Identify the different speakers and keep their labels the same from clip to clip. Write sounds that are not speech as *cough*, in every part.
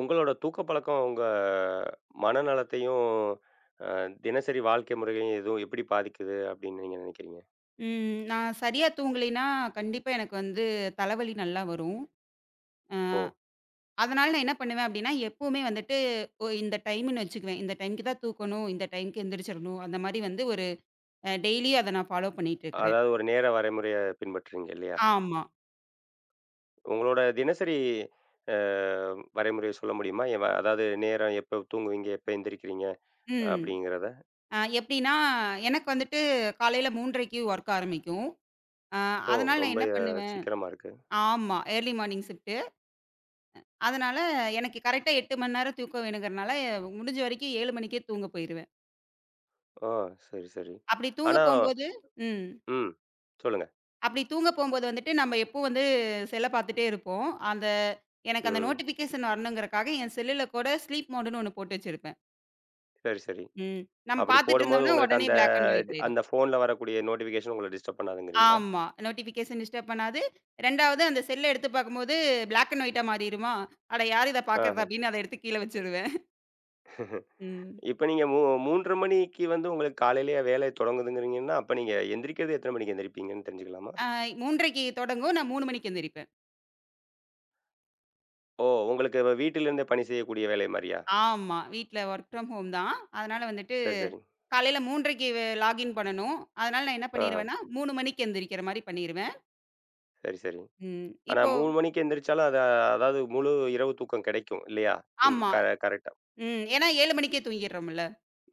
Speaker 1: உங்களோட தூக்க பழக்கம் உங்க மனநலத்தையும், அ தினசரி வாழ்க்கை முறையையும் எதுவும் எப்படி பாதிக்குது அப்படின்னு நீங்க நினைக்கிறீங்க?
Speaker 2: ம். நான் சரியா தூங்கலைன்னா, கண்டிப்பா எனக்கு வந்து தலைவலி நல்லா வரும். அ
Speaker 1: ஓ!
Speaker 2: அதனால நான் என்ன பண்ணுவேன் அப்டின்னா, எப்பவுமே வந்துட்டு இந்த டைம்ன்னு வச்சுக்குவேன். இந்த டைம்க்கு தான் தூக்கணும், இந்த டைம்க்கு எந்திரிச்சிரணும். அந்த மாரி வந்து ஒரு டெய்லியும் அத நான் ஃபாலோ பண்ணிட்டு இருக்கிறேன்.
Speaker 1: அதாவது ஒரு நேர வரைமுறைய பின்பற்றுறீங்க இல்லையா?
Speaker 2: ஆமா.
Speaker 1: உங்களோட தினசரி அ வரைமுறைய சொல்ல முடியுமா? அதாவது நேரம் எப்ப தூங்குவீங்க? எப்ப எந்திரிக்கிறீங்க?
Speaker 2: ம்.
Speaker 1: அப்படிங்கிறத.
Speaker 2: எப்டின்னா, எனக்கு வந்துட்டு காலையில 3:30க்கு வொர்க் ஆரம்பிக்கும். அ
Speaker 1: ஓ!
Speaker 2: அதனால நான்
Speaker 1: ரொம்ப
Speaker 2: என்ன பண்ணுவேன்.
Speaker 1: சீக்கிரமா இருக்கு.
Speaker 2: ஆமா. Early morning shift. அதனால எனக்கு கரெக்ட்டா 8 மணி நேரம் தூக்கம் வேணுங்கிறனால, முடிஞ்ச வரைக்கும் 7 மணிக்கே தூங்க போயிருவேன்.
Speaker 1: ஓ! சரி, சரி.
Speaker 2: அப்டி தூங்க
Speaker 1: ஆனா
Speaker 2: போம்போது. ம்.
Speaker 1: ம். சொல்லுங்க.
Speaker 2: அப்படி தூங்க போம்போது வந்துட்டு, நம்ம எப்பவும் வந்து செல்ல பார்த்துட்டே இருப்போம். எனக்கு அந்த
Speaker 1: ம்.
Speaker 2: நோட்டிஃபிகேஷன் வரணுங்கிறக்காக, என் செல்லுல கூட ஸ்லீப் மோடுன்னு ஒண்ணு போட்டு வச்சிருப்பேன்.
Speaker 1: சரி, சரி.
Speaker 2: ம். நம்ம
Speaker 1: அப்படி
Speaker 2: பார்த்துட்டு
Speaker 1: போடும்போது
Speaker 2: இருந்தோம்னா,
Speaker 1: உங்களுக்கு
Speaker 2: உடனே
Speaker 1: அந்த
Speaker 2: பிளாக் அண்ட் ஒயிட் ஆயிரும்.
Speaker 1: அந்த ஃபோன்ல வரக்கூடிய நோட்டிஃபிகேஷன் உங்கள டிஸ்டர்ப் பண்ணாதுங்கிறீங்களா?
Speaker 2: ஆமா. நோட்டிஃபிகேஷன் டிஸ்டர்ப் பண்ணாது. 2வது அந்த செல்ல எடுத்து பார்க்கும்போது, பிளாக் அண்ட் ஒயிட்டா மாறிருமா? அட யார் இத
Speaker 1: ஆஹ.
Speaker 2: பார்க்கறது? அப்படின்னு அத எடுத்து கீழ வச்சுருவேன்.
Speaker 1: *laughs*
Speaker 2: ம்.
Speaker 1: இப்ப நீங்க 3:30 மணிக்கு வந்து உங்களுக்கு காலையிலேயே வேலை தொடங்குதுங்கிறீங்கன்னா, அப்ப நீங்க எந்திரிக்கிறது எத்தன மணிக்கு எந்திரிப்பீங்கன்னு தெரிஞ்சுக்கலாமா?
Speaker 2: அ 3:30க்கு தொடங்கும். நான் 3 மணிக்கு எந்திரிப்பேன்.
Speaker 1: ஓ! உங்களுக்கு வீட்டிலிருந்தே பணி செய்யக்கூடிய வேலை மாரியா?
Speaker 2: ஆமா. வீட்ல வொர்க் ஃப்ரம் ஹோம் தான். அதனால வந்துட்டு,
Speaker 1: சரி, சரி.
Speaker 2: காலையில 3:30க்கு லாகின் பண்ணணும். அதனால நான் என்ன
Speaker 1: ஆஹா.
Speaker 2: பண்ணிருவேன்னா, 3 மணிக்கு எந்திரிக்கிற மாரி பண்ணிருவேன்.
Speaker 1: சரி, சரி.
Speaker 2: ம்.
Speaker 1: ஆனா
Speaker 2: இப்போ.
Speaker 1: 3 மணிக்கு எந்திரிச்சாலும் அதாவது முழு இரவு தூக்கம் கிடைக்கும் இல்லையா? நீங்க
Speaker 2: ஆமா.
Speaker 1: கரெக்ட்டா.
Speaker 2: ம். ஏன்னா 7 மணிக்கே தூங்கிர்றோம்ல.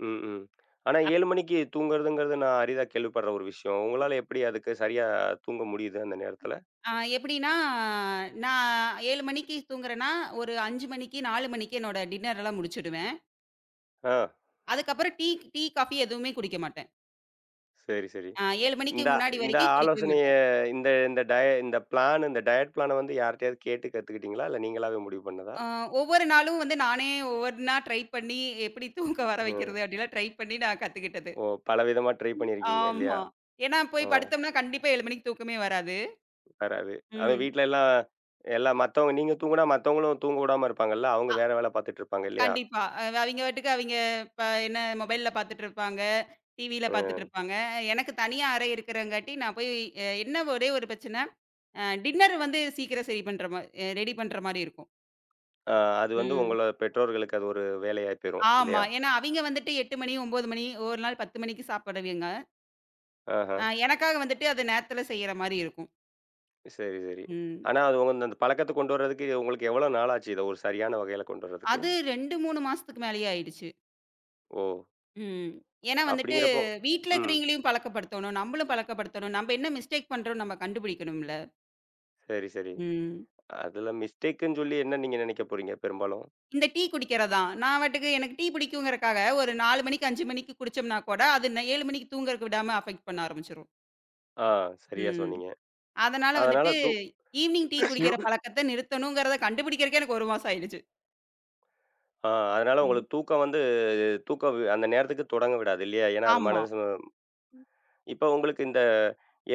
Speaker 1: ம், ம். ஆனா
Speaker 2: அப்
Speaker 1: 7 மணிக்கு தூங்குறதுங்கிறது நான் அரிதா கேள்விப்படுற ஒரு விஷயம். உங்களால எப்படி அதுக்கு சரியா தூங்க முடியுது அந்த நேரத்துல?
Speaker 2: அ எப்படின்னா, நான் 7 மணிக்கு தூங்குறேன்னா, ஒரு 5 மணிக்கு, 4 மணிக்கு என்னோட டின்னர் எல்லாம் முடிச்சுடுவேன்.
Speaker 1: ஆ.
Speaker 2: அதுக்கப்புறம் டீ டீ, காஃபி எதுவுமே குடிக்க மாட்டேன்.
Speaker 1: சரி, சரி.
Speaker 2: 7 மணிக்கு
Speaker 1: இந்த
Speaker 2: முன்னாடி
Speaker 1: இந்த
Speaker 2: வரைக்கும் குடிக்கவே
Speaker 1: ஆலோசனைய
Speaker 2: மாட்டேன்.
Speaker 1: இந்த இந்த டய இந்த பிளான் இந்த டயட் பிளான வந்து யார்ட்டயாவது கேட்டு கத்துக்கிட்டீங்களா? இல்ல நீங்களாவே முடிவு பண்ணதா?
Speaker 2: அ ஒவ்வொரு நாளும் வந்து நானே ஒவ்வொன்னா ட்ரை பண்ணி, எப்படி தூக்க வர
Speaker 1: ம்.
Speaker 2: வைக்கிறது அப்படிலாம் ட்ரை பண்ணி நான் கத்துக்கிட்டது.
Speaker 1: ஓ! பலவிதமா ட்ரை பண்ணியிருக்கீங்க இல்லையா?
Speaker 2: ஆமா. ஏன்னா
Speaker 1: அ
Speaker 2: போய் படுத்தோம்னா கண்டிப்பா 7 மணிக்கு தூக்கமே வராது.
Speaker 1: வராது. அதுவும்
Speaker 2: ம்.
Speaker 1: வீட்ல எல்லாம் எல்லாம் மத்தவங்க நீங்க தூங்குனா மத்தவங்களும் தூங்க விடாம இருப்பாங்கல்ல. அவங்க வேற வேல பார்த்துட்டு இருப்பாங்க இல்லையா?
Speaker 2: கண்டிப்பா. அவிங்க பாட்டுக்கு அவிங்க இப்ப என்ன மொபைல்ல பாத்துட்டு இருப்பாங்க. டிவியில பாத்துட்டு
Speaker 1: ம்.
Speaker 2: இருப்பாங்க. எனக்கு தனியா அறை இருக்கிறங்காட்டி, நான் போய் என்ன ஒரே ஒரு பிரச்சனை, டின்னர் வந்து சீக்கிரம் சரி பண்ற மா அ ரெடி பண்ற மாரி இருக்கும்.
Speaker 1: அ அது வந்து
Speaker 2: ம்.
Speaker 1: உங்கள பெற்றோர்களுக்கு அது ஒரு வேலையா போயிரும்
Speaker 2: ஆமா.
Speaker 1: இல்லையா?
Speaker 2: ஏன்னா அவிங்க வந்துட்டு 8 மணி, 9 மணி, ஒரு நாள் 10 மணிக்கு சாப்பிடுவிங்க.
Speaker 1: ஆஹா.
Speaker 2: எனக்காக வந்துட்டு அது நேரத்தில செய்ற மாரி இருக்கும்.
Speaker 1: சரி, சரி.
Speaker 2: ம்.
Speaker 1: ஆனா அது உங்க அந்த பழக்கத்த கொண்டு வர்றதுக்கு உங்களுக்கு எவ்வளோ நாள் ஆச்சு? இத ஒரு சரியான வகையில கொண்டு வர்றதுக்கு?
Speaker 2: அது 2, 3 மாசத்துக்கு மேலேயே ஆயிடுச்சு.
Speaker 1: ஓ!
Speaker 2: ம். ஏன்னா வந்துட்டு
Speaker 1: அப்படிங்கிறப்போ
Speaker 2: வீட்ல
Speaker 1: ம்.
Speaker 2: இருக்கிறவங்களையும் பழக்கப்படுத்தணும். நம்மளும் பழக்கப்படுத்தணும். நம்ம என்ன மிஸ்டேக் பண்றோம்னு நம்ம கண்டுபிடிக்கணும்ல.
Speaker 1: சரி, சரி.
Speaker 2: ம்.
Speaker 1: அதுல மிஸ்டேக்குன்னு சொல்லி என்ன நீங்க நினைக்க போறீங்க பெரும்பாலும்?
Speaker 2: இந்த டீ குடிக்கிறது தான். நான் பாட்டுக்கு எனக்கு டீ பிடிக்குங்கிறக்காக ஒரு 4 மணிக்கு, 5 மணிக்கு குடிச்சோம்னா கூட, அது 7 மணிக்கு தூங்குறதுக்கு விடாம அஃபெக்ட் பண்ண ஆரம்பிச்சுரும்.
Speaker 1: ஆ சரியா
Speaker 2: ம்.
Speaker 1: சொன்னீங்க.
Speaker 2: அதனால
Speaker 1: அதனால
Speaker 2: வந்துட்டு
Speaker 1: தூ
Speaker 2: ஈவ்னிங் டீ குடிக்கிற
Speaker 1: *unintelligible*
Speaker 2: பழக்கத்த நிறுத்தணுங்கிறத கண்டுபிடிக்கிறக்கே எனக்கு 1 மாசம் ஆயிடுச்சு.
Speaker 1: ஆ அதனால
Speaker 2: ம்.
Speaker 1: உங்களுக்கு தூக்கம் வந்து தூக்கம் வி அந்த நேரத்துக்கு தொடங்க விடாது இல்லையா? ஏன்னா அது
Speaker 2: ஆமா.
Speaker 1: மனசு இப்ப உங்களுக்கு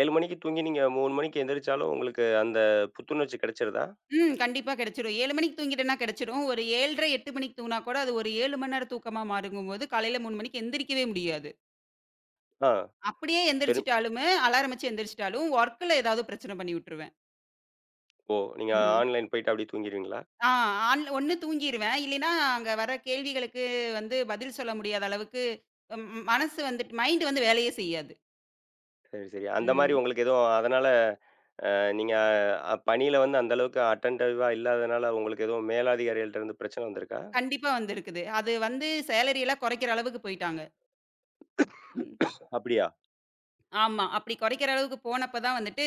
Speaker 1: 7 மணிக்கு தூங்கி நீங்க 3 மணிக்கு எந்திரிச்சாலும் உங்களுக்கு அந்த புத்துணர்ச்சி கிடைச்சிருதா?
Speaker 2: ம். கண்டிப்பா கிடைச்சிரும். 7 மணிக்கு தூங்கிட்டேன்னா கிடைச்சிரும். ஒரு 7:30, 8 மணிக்கு தூங்குனா கூட அது ஒரு 7 மணி நேரம் தூக்கமா மாறுங்கும்போது, காலையில 3 மணிக்கு எந்திரிக்கவே முடியாது.
Speaker 1: ஆ
Speaker 2: அப்படியே
Speaker 1: பெரும்
Speaker 2: எந்திரிச்சுட்டாலுமே அலாரம் வச்சு எந்திரிச்சுட்டாலும், ஒர்க்ல ஏதாவது பிரச்சனை பண்ணி விட்டுருவேன்.
Speaker 1: ஓ! நீங்க
Speaker 2: ம்.
Speaker 1: ஆன்லைன் போயிட்டு அப்படியே தூங்கிருவீங்களா?
Speaker 2: ஆ ஆன்ல ஒண்ணு தூங்கிருவேன். இல்லைன்னா, அங்க வர கேள்விகளுக்கு வந்து பதில் சொல்ல முடியாத அளவுக்கு ம் ம் மனசு வந்துட்டு மைண்ட் வந்து வேலையே செய்யாது.
Speaker 1: சரி, சரி. அந்த மாரி
Speaker 2: ம்.
Speaker 1: உங்களுக்கு எதுவும் அதனால அ நீங்க அ பணியில வந்து அந்த அளவுக்கு அட்டென்டிவா இல்லாதனால உங்களுக்கு எதுவும் மேலதிகாரிகள்ட்ட இருந்து பிரச்சனை வந்திருக்கா?
Speaker 2: கண்டிப்பா வந்திருக்குது. அது வந்து சேலரி எல்லாம் குறைக்கிற அளவுக்கு போயிட்டாங்க. ம்.
Speaker 1: அப்படியா?
Speaker 2: ஆமா. அப்படி குறைக்கிற அளவுக்கு போனப்ப தான் வந்துட்டு,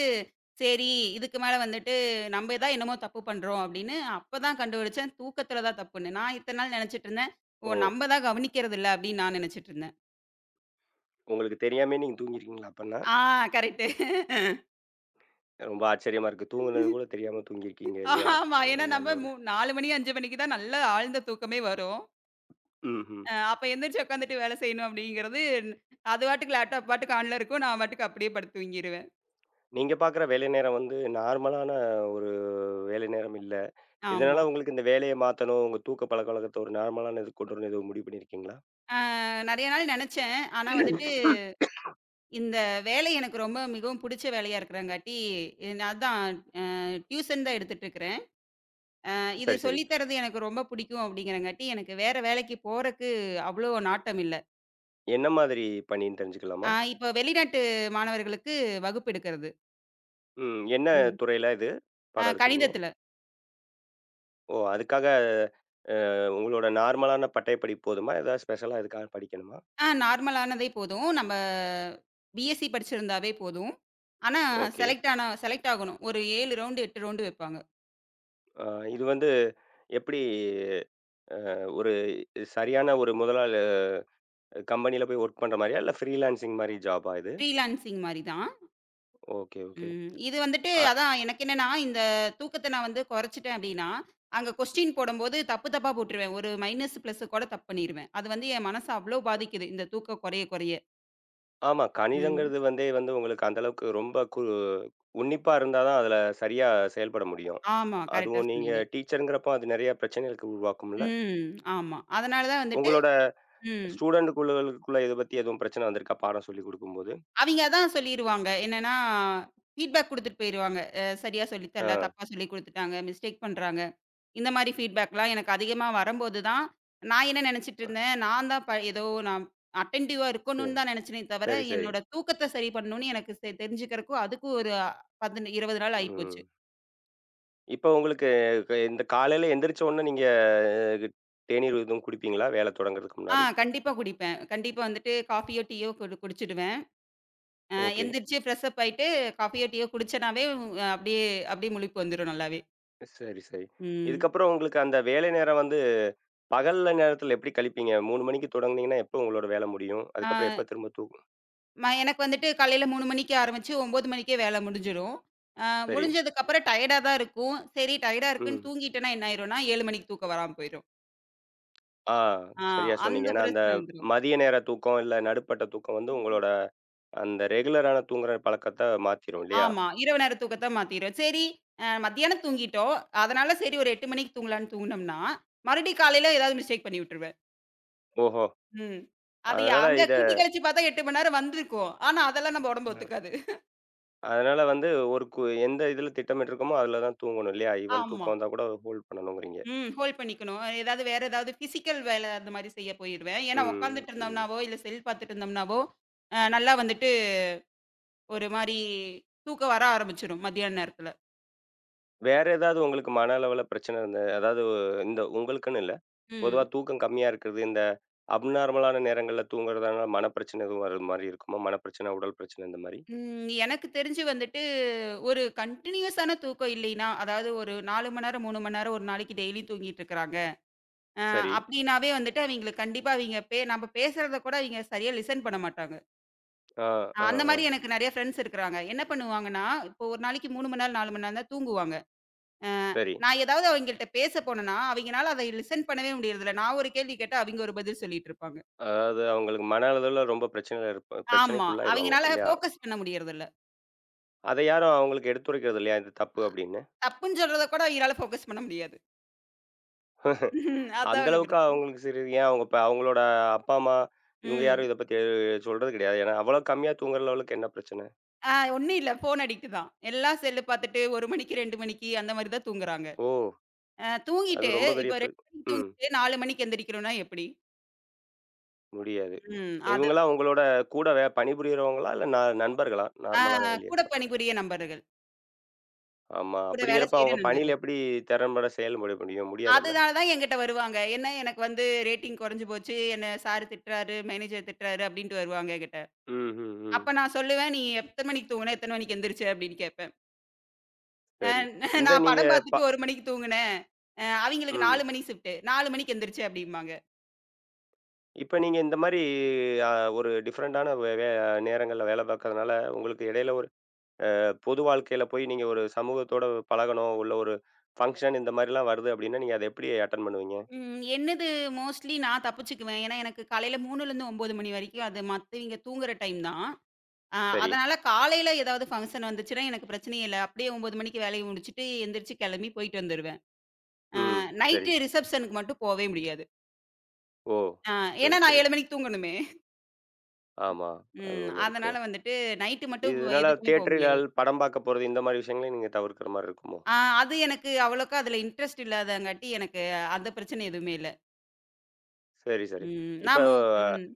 Speaker 2: சரி இதுக்கு மேல வந்துட்டு நம்ம தான் என்னமோ தப்பு பண்றோம் அப்படின்னு அப்பதான் கண்டுபிடிச்சேன், தூக்கத்தில தான் தப்புன்னு. நான் இத்தன நாள் நினைச்சிட்டு இருந்தேன், ஓ!
Speaker 1: ஓ!
Speaker 2: நம்ம தான் கவனிக்கிறது இல்ல அப்படின்னு நான் நினைச்சிட்டு இருந்தேன்.
Speaker 1: உங்களுக்கு தெரியாமயே நீங்க தூங்கியிருக்கீங்களா அப்பன்னா?
Speaker 2: ஆ கரெக்ட்டு.
Speaker 1: ரொம்ப ஆச்சரியமா இருக்கு. தூங்குனது கூட தெரியாம தூங்கியிருக்கீங்க இல்லையா?
Speaker 2: ஆமா. ஏன்னா
Speaker 1: நல்ல
Speaker 2: நம்ம
Speaker 1: ஒரு
Speaker 2: 4 மணி 5 மணிக்கு தான் நல்ல ஆழ்ந்த தூக்கமே வரும்.
Speaker 1: ம்ஹ்ம்.
Speaker 2: அப்ப எந்திரிச்சு உட்காந்துட்டு வேலை செய்யணும் அப்படிங்கிறது, அது பாட்டுக்கு லேப்டாப் பாட்டுக்கு ஆன்ல இருக்கும். நான் பாட்டுக்கு அப்படியே படுத்து தூங்கிருவேன்.
Speaker 1: நீங்க பார்க்குற வேலை நேரம் வந்து நார்மலான ஒரு வேலை நேரம் இல்ல.
Speaker 2: ஆமா.
Speaker 1: இதனால உங்களுக்கு இந்த வேலைய மாத்தணும், உங்க தூக்க பழக்கவழக்கத்த ஒரு நார்மலான இதுக்கு கொண்டு வரணும் எதுவும் முடிவு பண்ணியிருக்கீங்களா?
Speaker 2: அ நெறைய நாள் நெனச்சேன். ஆனா வந்துட்டு இந்த வேலை எனக்கு ரொம்ப மிகவும் புடிச்ச வேலையா இருக்கிறங்காட்டி, நான் அதான் அ டியூஷன் தான் எடுத்துட்டு இருக்கிறேன். இது
Speaker 1: சரி, சரி.
Speaker 2: சொல்லி தர்றது எனக்கு ரொம்ப பிடிக்கும் அப்படிங்கிறங்காட்டி, எனக்கு வேற வேலைக்கு போறக்கு அவ்வளோ நாட்டம் இல்ல.
Speaker 1: என்ன மாதிரி பணின்னு தெரிஞ்சுக்கலாமா?
Speaker 2: இப்போ வெளிநாட்டு மாணவர்களுக்கு வகுப்பு எடுக்கிறது.
Speaker 1: ம். என்ன
Speaker 2: ம்.
Speaker 1: துறையில இது? பாடம் எடுக்குறீங்க?
Speaker 2: கணிதத்தில.
Speaker 1: ஓ! அதுக்காக உங்களோட நார்மலான பட்டயப்படிப்பு போதுமா? ஏதாவது ஸ்பெஷலா இதுக்காக படிக்கணுமா?
Speaker 2: நார்மலானதே போதும். நம்ம பிஎஸ்சி படிச்சிருந்தாவே போதும். ஆனா
Speaker 1: ஓகே.
Speaker 2: செலக்ட் ஆனா செலக்ட் ஆகணும். ஒரு 7 ரவுண்டு, 8 ரவுண்டு வைப்பாங்க.
Speaker 1: அ இது வந்து எப்படி ஒரு சரியான ஒரு முதலாளி கம்பெனியில போய் ஒர்க் பண்ற மாரியா? இல்ல ஃப்ரீலான்சிங் மாரி ஜாபா இது?
Speaker 2: ஃப்ரீலான்சிங் மாரி தான்.
Speaker 1: Okay, okay.
Speaker 2: ம். இது வந்துட்டு
Speaker 1: அ
Speaker 2: அதான் எனக்கு என்னன்னா, இந்த தூக்கத்த நான் வந்து குறைச்சுட்டேன் அப்டின்னா, அங்க கொஸ்டின் போடம்போது தப்பு தப்பா போட்டுருவேன். ஒரு மைனஸ், பிளஸ் கூட தப்பு பண்ணிருவேன். அது வந்து என் மனச அவ்ளோ பாதிக்குது. இந்த தூக்கம் குறைய குறைய.
Speaker 1: ஆமா.
Speaker 2: ம்.
Speaker 1: கணிதங்கிறது வந்தே வந்து உங்களுக்கு அந்த அளவுக்கு ரொம்ப கு உன்னிப்பா இருந்தா தான் அதுல சரியா செயல்பட முடியும்.
Speaker 2: ஆமா. கரெக்ட்டா
Speaker 1: அதுவும் நீங்க
Speaker 2: சொன்னீங்க.
Speaker 1: டீச்சர்ங்கிறப்போ அது நெறைய பிரச்சனைகளுக்கு உருவாக்கும்ல?
Speaker 2: ம். ஆமா. அதனால தான் வந்துட்டு
Speaker 1: உங்களோட
Speaker 2: ம்.
Speaker 1: ஸ்டூடண்ட் குழுக்களுக்குள்ள இத பத்தி எதுவும் பிரச்சனை வந்திருக்கா? பாடம் சொல்லிக் குடுக்கும்போது?
Speaker 2: அவிங்க தான் சொல்லிருவாங்க. என்னன்னா, ஃபீட்பேக் குடுத்துட்டு போயிருவாங்க. சரியா சொல்லி தரல,
Speaker 1: ஆ.
Speaker 2: தப்பா சொல்லிக் குடுத்துட்டாங்க, மிஸ்டேக் பண்றாங்க. இந்த மாரி ஃபீட்பேக்லாம் எனக்கு அதிகமா வரும்போது தான், நான் என்ன நெனச்சிட்டு இருந்தேன், நான் தான் ஏதோ நான் அட்டென்டிவா இருக்கணும்னு
Speaker 1: சரி,
Speaker 2: தான் நெனச்சேனே தவிர,
Speaker 1: சரி, சரி.
Speaker 2: என்னோட தூக்கத்த சரி பண்ணணும்னு எனக்கு தெரிஞ்சுக்கிறக்கும் அதுக்கும் ஒரு 10, 20 நாள் ஆயிப்போச்சு.
Speaker 1: ம். இப்போ உங்களுக்கு இந்த காலையில எந்திரிச்ச உடனே நீங்க அ தேநீர் எதுவும் குடிப்பீங்களா? வேலை தொடங்குறதுக்கு முன்னாடி?
Speaker 2: கண்டிப்பா குடிப்பேன். கண்டிப்பா வந்துட்டு காஃபியோ, டீயோ குடிச்சுடுவேன்.
Speaker 1: ஓகே.
Speaker 2: எந்திரிச்சு ஃப்ரெஷ் அப் ஆயிட்டு, காஃபியோ, டீயோ குடிச்சேனாவே, அப்படியே அப்படியே முழிப்பு வந்துரும் நல்லாவே.
Speaker 1: சரி, சரி.
Speaker 2: ம்.
Speaker 1: இதுக்கப்புறம் உங்களுக்கு அந்த வேலை நேரம் வந்து பகல்ல நேரத்துல எப்படி கழிப்பீங்க? 3 மணிக்கு தொடங்குனீங்கன்னா, எப்போ உங்களோட வேலை முடியும்? அதுக்கப்புறம்
Speaker 2: ஆ
Speaker 1: எப்ப திரும்ப தூங்
Speaker 2: ம எனக்கு வந்துட்டு காலையில 3 மணிக்கு ஆரம்பிச்சு 9 மணிக்கே வேலை முடிஞ்சிரும். அ
Speaker 1: சரி.
Speaker 2: முடிஞ்சதுக்கப்புறம் டயர்டா தான் இருக்கும். சரி டயர்டா இருக்குன்னு
Speaker 1: ம்.
Speaker 2: தூங்கிட்டேன்னா என்ன ஆயிரும்னா, 7 மணிக்கு தூக்கம் வராம போயிரும்.
Speaker 1: ஆ
Speaker 2: ஆ
Speaker 1: சரியா சொன்னீங்க.
Speaker 2: அந்த
Speaker 1: ஏன்னா, அந்த
Speaker 2: பிரச்சனை வந்துரும்.
Speaker 1: மதிய நேர தூக்கம், இல்ல நடுப்பட்ட தூக்கம் வந்து உங்களோட அந்த ரெகுலரான தூங்குற பழக்கத்த மாத்திரும் இல்லையா?
Speaker 2: ஆமா. இரவு நேர தூக்கத்த மாத்திரும். சரி. மத்தியானம் தூங்கிட்டோம். அதனால சரி ஒரு 8 மணிக்கு தூங்கலான்னு தூங்குனோம்னா, மறுபடியும் காலையில ஏதாவது மிஸ்டேக் பண்ணி விட்டுருவேன்.
Speaker 1: ஓஹோ!
Speaker 2: ம். அது
Speaker 1: அதனால
Speaker 2: அங்க
Speaker 1: இத
Speaker 2: கூட்டி கழிச்சு பார்த்தா 8 மணி நேரம் வந்திருக்கும். ஆனா அதெல்லாம் நம்ம உடம்பு
Speaker 1: ம்.
Speaker 2: ஒத்துக்காது.
Speaker 1: அதனால வந்து ஒரு கு எந்த இதுல திட்டமிட்டுருக்கோமோ, அதுல தான் தூங்கணும் இல்லையா? ஈவன்
Speaker 2: ஆமா.
Speaker 1: தூக்கம் வந்தா கூட ஹோல்ட் பண்ணணுங்கிறீங்க.
Speaker 2: ம். ஹோல்ட் பண்ணிக்கணும். ஏதாவது வேற ஏதாவது பிசிக்கல் வேலை அந்த மாரி செய்ய போயிருவேன். ஏன்னா
Speaker 1: ம்,
Speaker 2: உட்காந்துட்டு
Speaker 1: ம்.
Speaker 2: இருந்தோம்னாவோ, இல்ல செல் பார்த்துட்டு இருந்தோம்னாவோ, நல்லா வந்துட்டு ஒரு மாரி தூக்கம் வர ஆரம்பிச்சுரும் மத்தியான நேரத்துல.
Speaker 1: வேற ஏதாவது உங்களுக்கு மன அளவுல பிரச்சனை இருந்த அதாவது இந்த உங்களுக்குன்னு இல்ல. பொதுவா
Speaker 2: ம்.
Speaker 1: தூக்கம் கம்மியா இருக்கிறது, இந்த அப்நார்மலான நேரங்கள்ல தூங்குறதுனால மனப்பிரச்சனை எதுவும் வர்றது மாரி இருக்குமா? மனப்பிரச்சனை, உடல் பிரச்சனை இந்த மாரி?
Speaker 2: ம். எனக்கு தெரிஞ்சு வந்துட்டு ஒரு கன்டினியூஸான தூக்கம் இல்லைன்னா, அதாவது ஒரு 4 மணி நேரம், 3 மணி நேரம் ஒரு நாளைக்கு டெய்லியும் தூங்கிட்டு இருக்கிறாங்க. அ
Speaker 1: சரி.
Speaker 2: அப்டின்னாவே வந்துட்டு அவிங்களுக்கு கண்டிப்பா அவிங்க நம்ம பேசுறத கூட அவிங்க சரியா லிசன் பண்ண மாட்டாங்க.
Speaker 1: ஆ, ஆ,
Speaker 2: அந்த
Speaker 1: ஆ.
Speaker 2: மாரி எனக்கு நெறைய ஃப்ரெண்ட்ஸ் இருக்கிறாங்க. என்ன பண்ணுவாங்கன்னா, இப்போ ஒரு நாளைக்கு 3 மணி நேரம், 4 மணி நேரம் தான் தூங்குவாங்க. அ
Speaker 1: சரி.
Speaker 2: நான் ஏதாவது அவைங்கள்ட்ட பேச போனேன்னா, அவைங்கனால அதை லிசன் பண்ணவே முடியறதில்ல. நான் ஒரு கேள்வி கேட்டா, அவைங்க ஒரு பதில் சொல்லிட்டு இருப்பாங்க.
Speaker 1: அதாவது அவங்களுக்கு மன அளவுல ரொம்ப பிரச்சனையில இருப்ப
Speaker 2: ஆமா.
Speaker 1: பிரச்சனைக்குள்ளாயிருவாங்க
Speaker 2: அவைங்கனால
Speaker 1: இல்லையா?
Speaker 2: ஃபோக்கஸ் பண்ண முடியறதில்ல.
Speaker 1: அத யாரும் அவங்களுக்கு எடுத்துரைக்கிறது இல்லையா? இது தப்பு அப்படின்னு.
Speaker 2: தப்புன்னு சொல்றத கூட அவைங்களால ஃபோக்கஸ் பண்ண முடியாது. *laughs*
Speaker 1: அந்த
Speaker 2: அதாங்க
Speaker 1: அளவுக்கு
Speaker 2: பிரச்சனை.
Speaker 1: அவங்களுக்கு சரி ஏன் அவங்க இப்ப அவங்களோட அப்பா, அம்மா இவங்க யாரும்
Speaker 2: ம்.
Speaker 1: இத பத்தி சொல்றது கிடையாது. ஏன்னா, அவ்வளோ கம்மியா தூங்குற லெவலுக்கு என்ன பிரச்சனை?
Speaker 2: ஒண்ணும் இல்ல. ஃபோன் அடிக்ட் தான். எல்லாம் செல்லு பார்த்துட்டு 1 மணிக்கு, 2 மணிக்கு அந்த மாரி தான் தூங்குறாங்க.
Speaker 1: ஓ!
Speaker 2: அ
Speaker 1: அது
Speaker 2: தூங்கிட்டு
Speaker 1: ரொம்ப பெரிய
Speaker 2: இப்போ
Speaker 1: பிர
Speaker 2: 2 மணிக்கு
Speaker 1: ம்.
Speaker 2: தூங்கிட்டு 4 மணிக்கு எந்திரிக்கணும்னா எப்படி?
Speaker 1: முடியாது.
Speaker 2: ம். அது.
Speaker 1: இவங்கலாம் உங்களோட கூட பணிபுரியறவங்களா? இல்ல நண்பர்களா?
Speaker 2: ஆ
Speaker 1: நார்மலான
Speaker 2: கூட
Speaker 1: வெளியப்ப.
Speaker 2: பணிபுரிய நண்பர்கள்.
Speaker 1: ஆமா.
Speaker 2: கூட வேலை
Speaker 1: அப்படிங்கிறப்ப
Speaker 2: செய்ற
Speaker 1: அவங்க பணியில
Speaker 2: நண்பர்கள்.
Speaker 1: எப்படி திறம்பட செயல்பட முடியும்? முடியாதுல்ல?
Speaker 2: அதனால தான் என்கிட்ட வருவாங்க. ஏன்னா, எனக்கு வந்து ரேட்டிங் குறைஞ்சு போச்சு. என்ன சார் திட்டுறாரு, மேனேஜர் திட்டுறாரு அப்டின்ட்டு வருவாங்க என்கிட்ட.
Speaker 1: ம்.
Speaker 2: அப்ப நான் சொல்லுவேன், "நீ எத்தன மணிக்கு தூங்குன? எத்தன மணிக்கு எந்திரிச்ச?" அப்டின்னு கேட்பேன். அ
Speaker 1: சரி. இந்த
Speaker 2: நான்
Speaker 1: நீங்க
Speaker 2: படம் பார்த்துட்டு
Speaker 1: ப
Speaker 2: 1 மணிக்கு தூங்குனேன். அவிங்களுக்கு
Speaker 1: ம்.
Speaker 2: 4 மணி ஷிஃப்ட்டு. 4 மணிக்கு எந்திரிச்சேன் அப்டிம்பாங்க.
Speaker 1: இப்ப நீங்க இந்த மாரி அ ஒரு டிஃபரண்டான வே வே நேரங்கள்ல வேலை பார்க்கறதுனால, உங்களுக்கு இடையில ஒரு பொது வாழ்க்கையில போய் நீங்க ஒரு சமூகத்தோட பழகணும், உள்ள ஒரு ஃபங்ஷன் இந்த மாரிலாம் வருது அப்படின்னா, நீங்க அத எப்படி அட்டெண்ட் பண்ணுவீங்க?
Speaker 2: என்னது மோஸ்ட்லி நான் தப்பிச்சுக்குவேன். ஏன்னா, எனக்கு காலையில 3லருந்து 9 மணி வரைக்கும் அது மத்தவிங்க தூங்குற டைம் தான். அ
Speaker 1: சரி.
Speaker 2: அதனால காலையில ஏதாவது ஃபங்ஷன் வந்துச்சுன்னா எனக்கு பிரச்சனையே இல்ல. அப்டியே 9 மணிக்கு வேலைய முடிச்சுட்டு எந்திரிச்சு கிளம்பி போயிட்டு வந்துருவேன். அ
Speaker 1: ம். சரி.
Speaker 2: நைட்டு ரிசப்ஷனுக்கு மட்டும் போவே முடியாது.
Speaker 1: ஓ!
Speaker 2: அ
Speaker 1: சரி,
Speaker 2: ஏன்னா நான்
Speaker 1: சரி.
Speaker 2: 7 மணிக்கு தூங்கணுமே.
Speaker 1: ஆமா. அது
Speaker 2: ம்.
Speaker 1: ஒண்ணு இருக்கு.
Speaker 2: அதனால வந்துட்டு நைட்டு மட்டும்
Speaker 1: இதனால
Speaker 2: எதுக்குமே போ முடியாது.
Speaker 1: தியேட்டர்கள், படம் பார்க்க போறது இந்த மாரி விஷயங்களையும் நீங்க தவிர்க்கிற மாரி இருக்குமோ?
Speaker 2: ஆ அது எனக்கு அவ்வளோக்கா அதுல இன்ட்ரெஸ்ட் இல்லாதங்காட்டி எனக்கு அந்த பிரச்சனை எதுவுமே இல்ல.
Speaker 1: சரி, சரி.
Speaker 2: ம்
Speaker 1: இப்ப
Speaker 2: நான் மு ம்.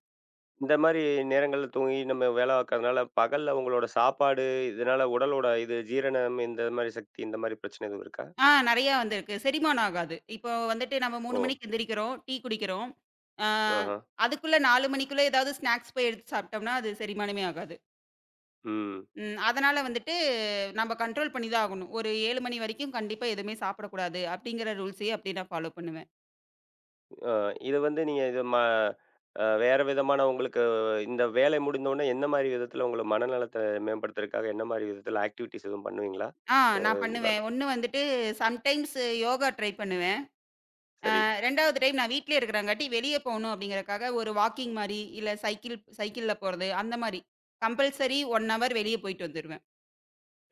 Speaker 1: இந்த மாரி நேரங்கள்ல தூங்கி நம்ம வேலை பார்க்கறதுனால, பகல்ல உங்களோட சாப்பாடு இதனால உடலோட இது ஜீரணம் இந்த மாரி சக்தி இந்த மாரி பிரச்சனை எதுவும் இருக்கா?
Speaker 2: நெறையா வந்திருக்கு. செரிமானம் ஆகாது. இப்போ வந்துட்டு நம்ம
Speaker 1: ஓ!
Speaker 2: 3 மணிக்கு எந்திரிக்கிறோம், டீ குடிக்கிறோம். ஆ
Speaker 1: ஆஹா.
Speaker 2: அதுக்குள்ள 4 மணிக்குள்ள ஏதாவது ஸ்நாக்ஸ் போய் எடுத்து சாப்பிட்டோம்னா, அது செரிமானமே ஆகாது.
Speaker 1: ம்.
Speaker 2: அதனால வந்துட்டு நம்ம கண்ட்ரோல் பண்ணி தான் ஆகணும். ஒரு 7 மணி வரைக்கும் கண்டிப்பா எதுவுமே சாப்பிடக்கூடாது அப்படிங்கிற ரூல்ஸையே அப்படியே நான் ஃபாலோ பண்ணுவேன்.
Speaker 1: அ இது வந்து நீங்க இது ம அ வேற விதமான உங்களுக்கு இந்த வேலை முடிந்த உடனே என்ன மாரி விதத்துல உங்கள மனநலத்த மேம்படுத்துறதுக்காக என்ன மாரி விதத்துல ஆக்டிவிட்டீஸ் எதுவும் பண்ணுவீங்களா?
Speaker 2: ஆ
Speaker 1: அ
Speaker 2: நான் பண்ணுவேன்.
Speaker 1: உதாரணம்
Speaker 2: 1 வந்துட்டு சம்டைம்ஸ் யோகா ட்ரை பண்ணுவேன்.
Speaker 1: சரி.
Speaker 2: 2வது டைம் நான் வீட்லயே இருக்கிறங்காட்டி வெளிய போணும் அப்படிங்கிறக்காக ஒரு வாக்கிங் மாரி, இல்ல சைக்கிள்ல போறது அந்த மாரி. கம்பல்சரி 1 ஹவர் வெளிய போயிட்டு வந்துருவேன்.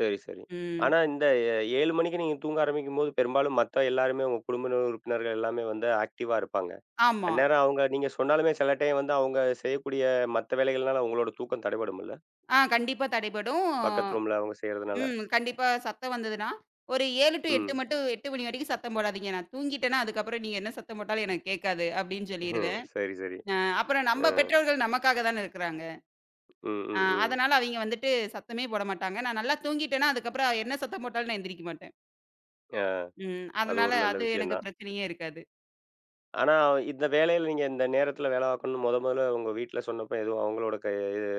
Speaker 1: சரி, சரி.
Speaker 2: ம்.
Speaker 1: ஆனா இந்த எ 7 மணிக்கு நீங்க தூங்க ஆரம்பிக்கும்போது, பெரும்பாலும் மத்த எல்லாருமே உங்க குடும்ப உறுப்பினர்கள் எல்லாமே வந்து ஆக்டிவா இருப்பாங்க.
Speaker 2: ஆமா.
Speaker 1: அந்நேரம் அவங்க நீங்க சொன்னாலுமே சில டைம் வந்து அவங்க செய்யக்கூடிய மத்த வேலைகள்னால உங்களோட தூக்கம் தடைபடும்ல?
Speaker 2: கண்டிப்பா தடைபடும்.
Speaker 1: பக்கத்து ரூம்ல அவங்க செய்றதுனால.
Speaker 2: ம். கண்டிப்பா சத்தம் வந்ததுன்னா, ஒரு 7 டூ 8
Speaker 1: ம்.
Speaker 2: மட்டும் 8 மணி வரைக்கும் சத்தம் போடாதீங்க. நான் தூங்கிட்டேன்னா, அதுக்கப்புறம் நீங்க என்ன சத்தம் போட்டாலும் எனக்கு கேட்காது அப்படின்னு
Speaker 1: ஹம்,
Speaker 2: சொல்லிருவேன்.
Speaker 1: சரி, சரி.
Speaker 2: அ அப்புறம் நம்ம
Speaker 1: அ.
Speaker 2: பெற்றோர்கள் நமக்காக தானே இருக்கிறாங்க.
Speaker 1: ம், ம், ம்.
Speaker 2: அதனால அவிங்க வந்துட்டு சத்தமே போட மாட்டாங்க. நான் நல்லா தூங்கிட்டேன்னா, அதுக்கப்புறம் என்ன சத்தம் போட்டாலும் நான் எந்திரிக்க மாட்டேன்.
Speaker 1: அ
Speaker 2: ம்.
Speaker 1: அது
Speaker 2: அதனால
Speaker 1: ஒரு நல்ல
Speaker 2: அது
Speaker 1: விஷயம்
Speaker 2: எனக்கு
Speaker 1: தான்.
Speaker 2: பிரச்சனையே இருக்காது.
Speaker 1: ஆனா இந்த வேலையில நீங்க இந்த நேரத்தில வேலை பார்க்கணும்னு மொதல்ல உங்க வீட்ல சொன்னப்ப எதுவும் அவங்களோட க இது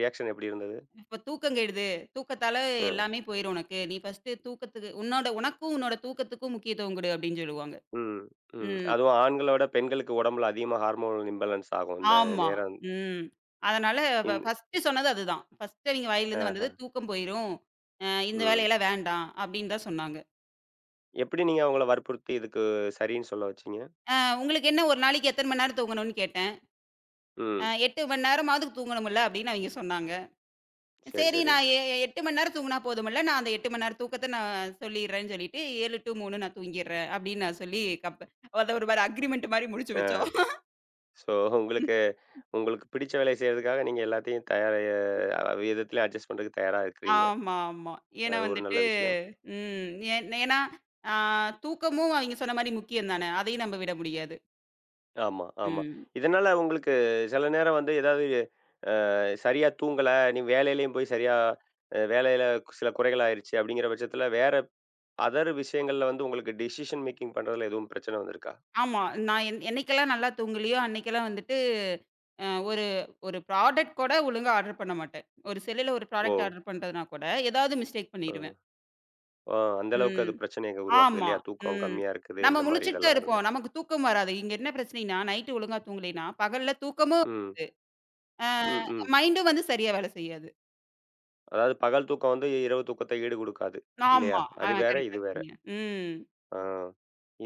Speaker 1: ரியாக்ஷன் எப்படி இருந்தது?
Speaker 2: இப்ப தூக்கம் கெடுது. தூக்கத்தால
Speaker 1: அ.
Speaker 2: எல்லாமே போயிரும் உனக்கு. நீ ஃபர்ஸ்ட்டு தூக்கத்துக்கு உனக்கும், உன்னோட தூக்கத்துக்கும் முக்கியத்துவம் குடு அப்டின்னு சொல்லுவாங்க.
Speaker 1: ம், ம்.
Speaker 2: ம்.
Speaker 1: அதுவும் ஆண்கள விட பெண்களுக்கு உடம்புல அதிகமா ஹார்மோன் இம்பேலன்ஸ் ஆகும். இந்த
Speaker 2: ஆமா.
Speaker 1: நேரம்
Speaker 2: ம். அதனால
Speaker 1: இன்
Speaker 2: ஃபர்ஸ்ட்டு சொன்னது அதுதான். ஃபர்ஸ்ட்டு அவிங்க வாயிலருந்து
Speaker 1: ஆஹ.
Speaker 2: வந்தது தூக்கம் போயிரும். இந்த
Speaker 1: ம்.
Speaker 2: வேலையெல்லாம் வேண்டாம் அப்டின்னு தான் சொன்னாங்க.
Speaker 1: எப்படி நீங்க அவங்கள வற்புறுத்தி இதுக்கு சரின்னு சொல்ல வச்சீங்க?
Speaker 2: அ உங்களுக்கு என்ன ஒரு நாளைக்கு எத்தன மணி நேரம் தூங்கணும்னு கேட்டேன்.
Speaker 1: ம்.
Speaker 2: 8 மணி நேரமாவது தூங்கணும்ல அப்டின்னு அவிங்க சொன்னாங்க.
Speaker 1: சரி,
Speaker 2: சரி
Speaker 1: சரி.
Speaker 2: நான் 8 மணி நேரம் தூங்குனா போதும்ல, நான் அந்த 8 மணி நேரம் தூக்கத்த நான் சொல்லிர்றேன்னு சொல்லிட்டு 7 டூ 3 நான் தூங்கிர்றேன் அப்படின்னு நான் சொல்லி அத ஒரு மாரி அக்ரிமெண்ட் மாரி முடிச்சு
Speaker 1: ஆ.
Speaker 2: வச்சோம்.
Speaker 1: ஸோ உங்களுக்கு உங்களுக்கு பிடிச்ச வேலைய செய்றதுக்காக நீங்க எல்லாத்தையும் தயார் விதத்திலயும் அட்ஜஸ்ட் பண்றதுக்கு தயாரா இருக்கிறீங்க.
Speaker 2: ஆமா, ஆமா. ஏன்னா
Speaker 1: அது ஒரு நல்ல
Speaker 2: வந்துட்டு
Speaker 1: விஷயம்.
Speaker 2: ம் ஏ ஏன்னா ஆ தூக்கமும் அவைங்க சொன்ன மாரி முக்கியம் தானே. அதையும் நம்ம விட முடியாது.
Speaker 1: ஆமா, ஆமா.
Speaker 2: ம்.
Speaker 1: இதனால உங்களுக்கு சில நேரம் வந்து ஏதாவது சரியா தூங்கல, நீ வேலையிலயும் போய் சரியா வேலையில சில குறைகள் ஆயிருச்சு அப்படிங்கிற பட்சத்தில வேற அதர் விஷயங்கள்ல வந்து உங்களுக்கு டெசிஷன் மேக்கிங் பண்றதுல எதுவும் பிரச்சனை வந்திருக்கா?
Speaker 2: ஆமா. நான் என்னைக்கெல்லாம் நல்லா தூங்கலையோ, அன்னைக்கெல்லாம் வந்துட்டு ஒரு ஒரு ப்ராடக்ட் கூட ஒழுங்கா ஆர்டர் பண்ண மாட்டேன். ஒரு செல்லுல ஒரு
Speaker 1: ஓ!
Speaker 2: ப்ராடக்ட் ஆர்டர் பண்றதுனா கூட ஏதாவது மிஸ்டேக்
Speaker 1: அ,
Speaker 2: பண்ணிருவேன்.
Speaker 1: ஆ அந்த அளவுக்கு
Speaker 2: ம்.
Speaker 1: அது பிரச்சனைய உருவாக்குது
Speaker 2: ஆமா.
Speaker 1: இல்லையா? தூக்கம்
Speaker 2: ம்.
Speaker 1: கம்மியா இருக்குது,
Speaker 2: நம்ம
Speaker 1: இந்த மாரி
Speaker 2: முழிச்சுட்டு தான்
Speaker 1: இதெல்லாம் இருந்து.
Speaker 2: இருப்போம். நமக்கு தூக்கம் வராது. இங்க என்ன பிரச்சனைன்னா, நைட்டு ஒழுங்கா தூங்கலைன்னா, பகல்ல தூக்கமும்
Speaker 1: ம்.
Speaker 2: அ
Speaker 1: ம், ம்.
Speaker 2: மைண்டும் வந்து சரியா வேலை செய்யாது.
Speaker 1: அதாவது பகல் தூக்கம் வந்து இரவு தூக்கத்த ஈடு குடுக்காது. இல்லையா?
Speaker 2: ஆமா.
Speaker 1: அது வேற,
Speaker 2: கரெக்ட்டா
Speaker 1: இது வேற.
Speaker 2: சொன்னீங்க. ம்.
Speaker 1: ஆ.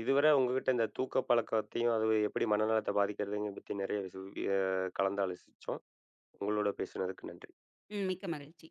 Speaker 1: இதுவர உங்ககிட்ட இந்த தூக்க பழக்கத்தையும், அது எப்படி மனநலத்த பாதிக்கிறதுங்க பத்தி நெறைய விஷ அ கலந்து ஆலோசிச்சோம். உங்களோட பேசுனதுக்கு நன்றி.
Speaker 2: ம். மிக்க மகிழ்ச்சி.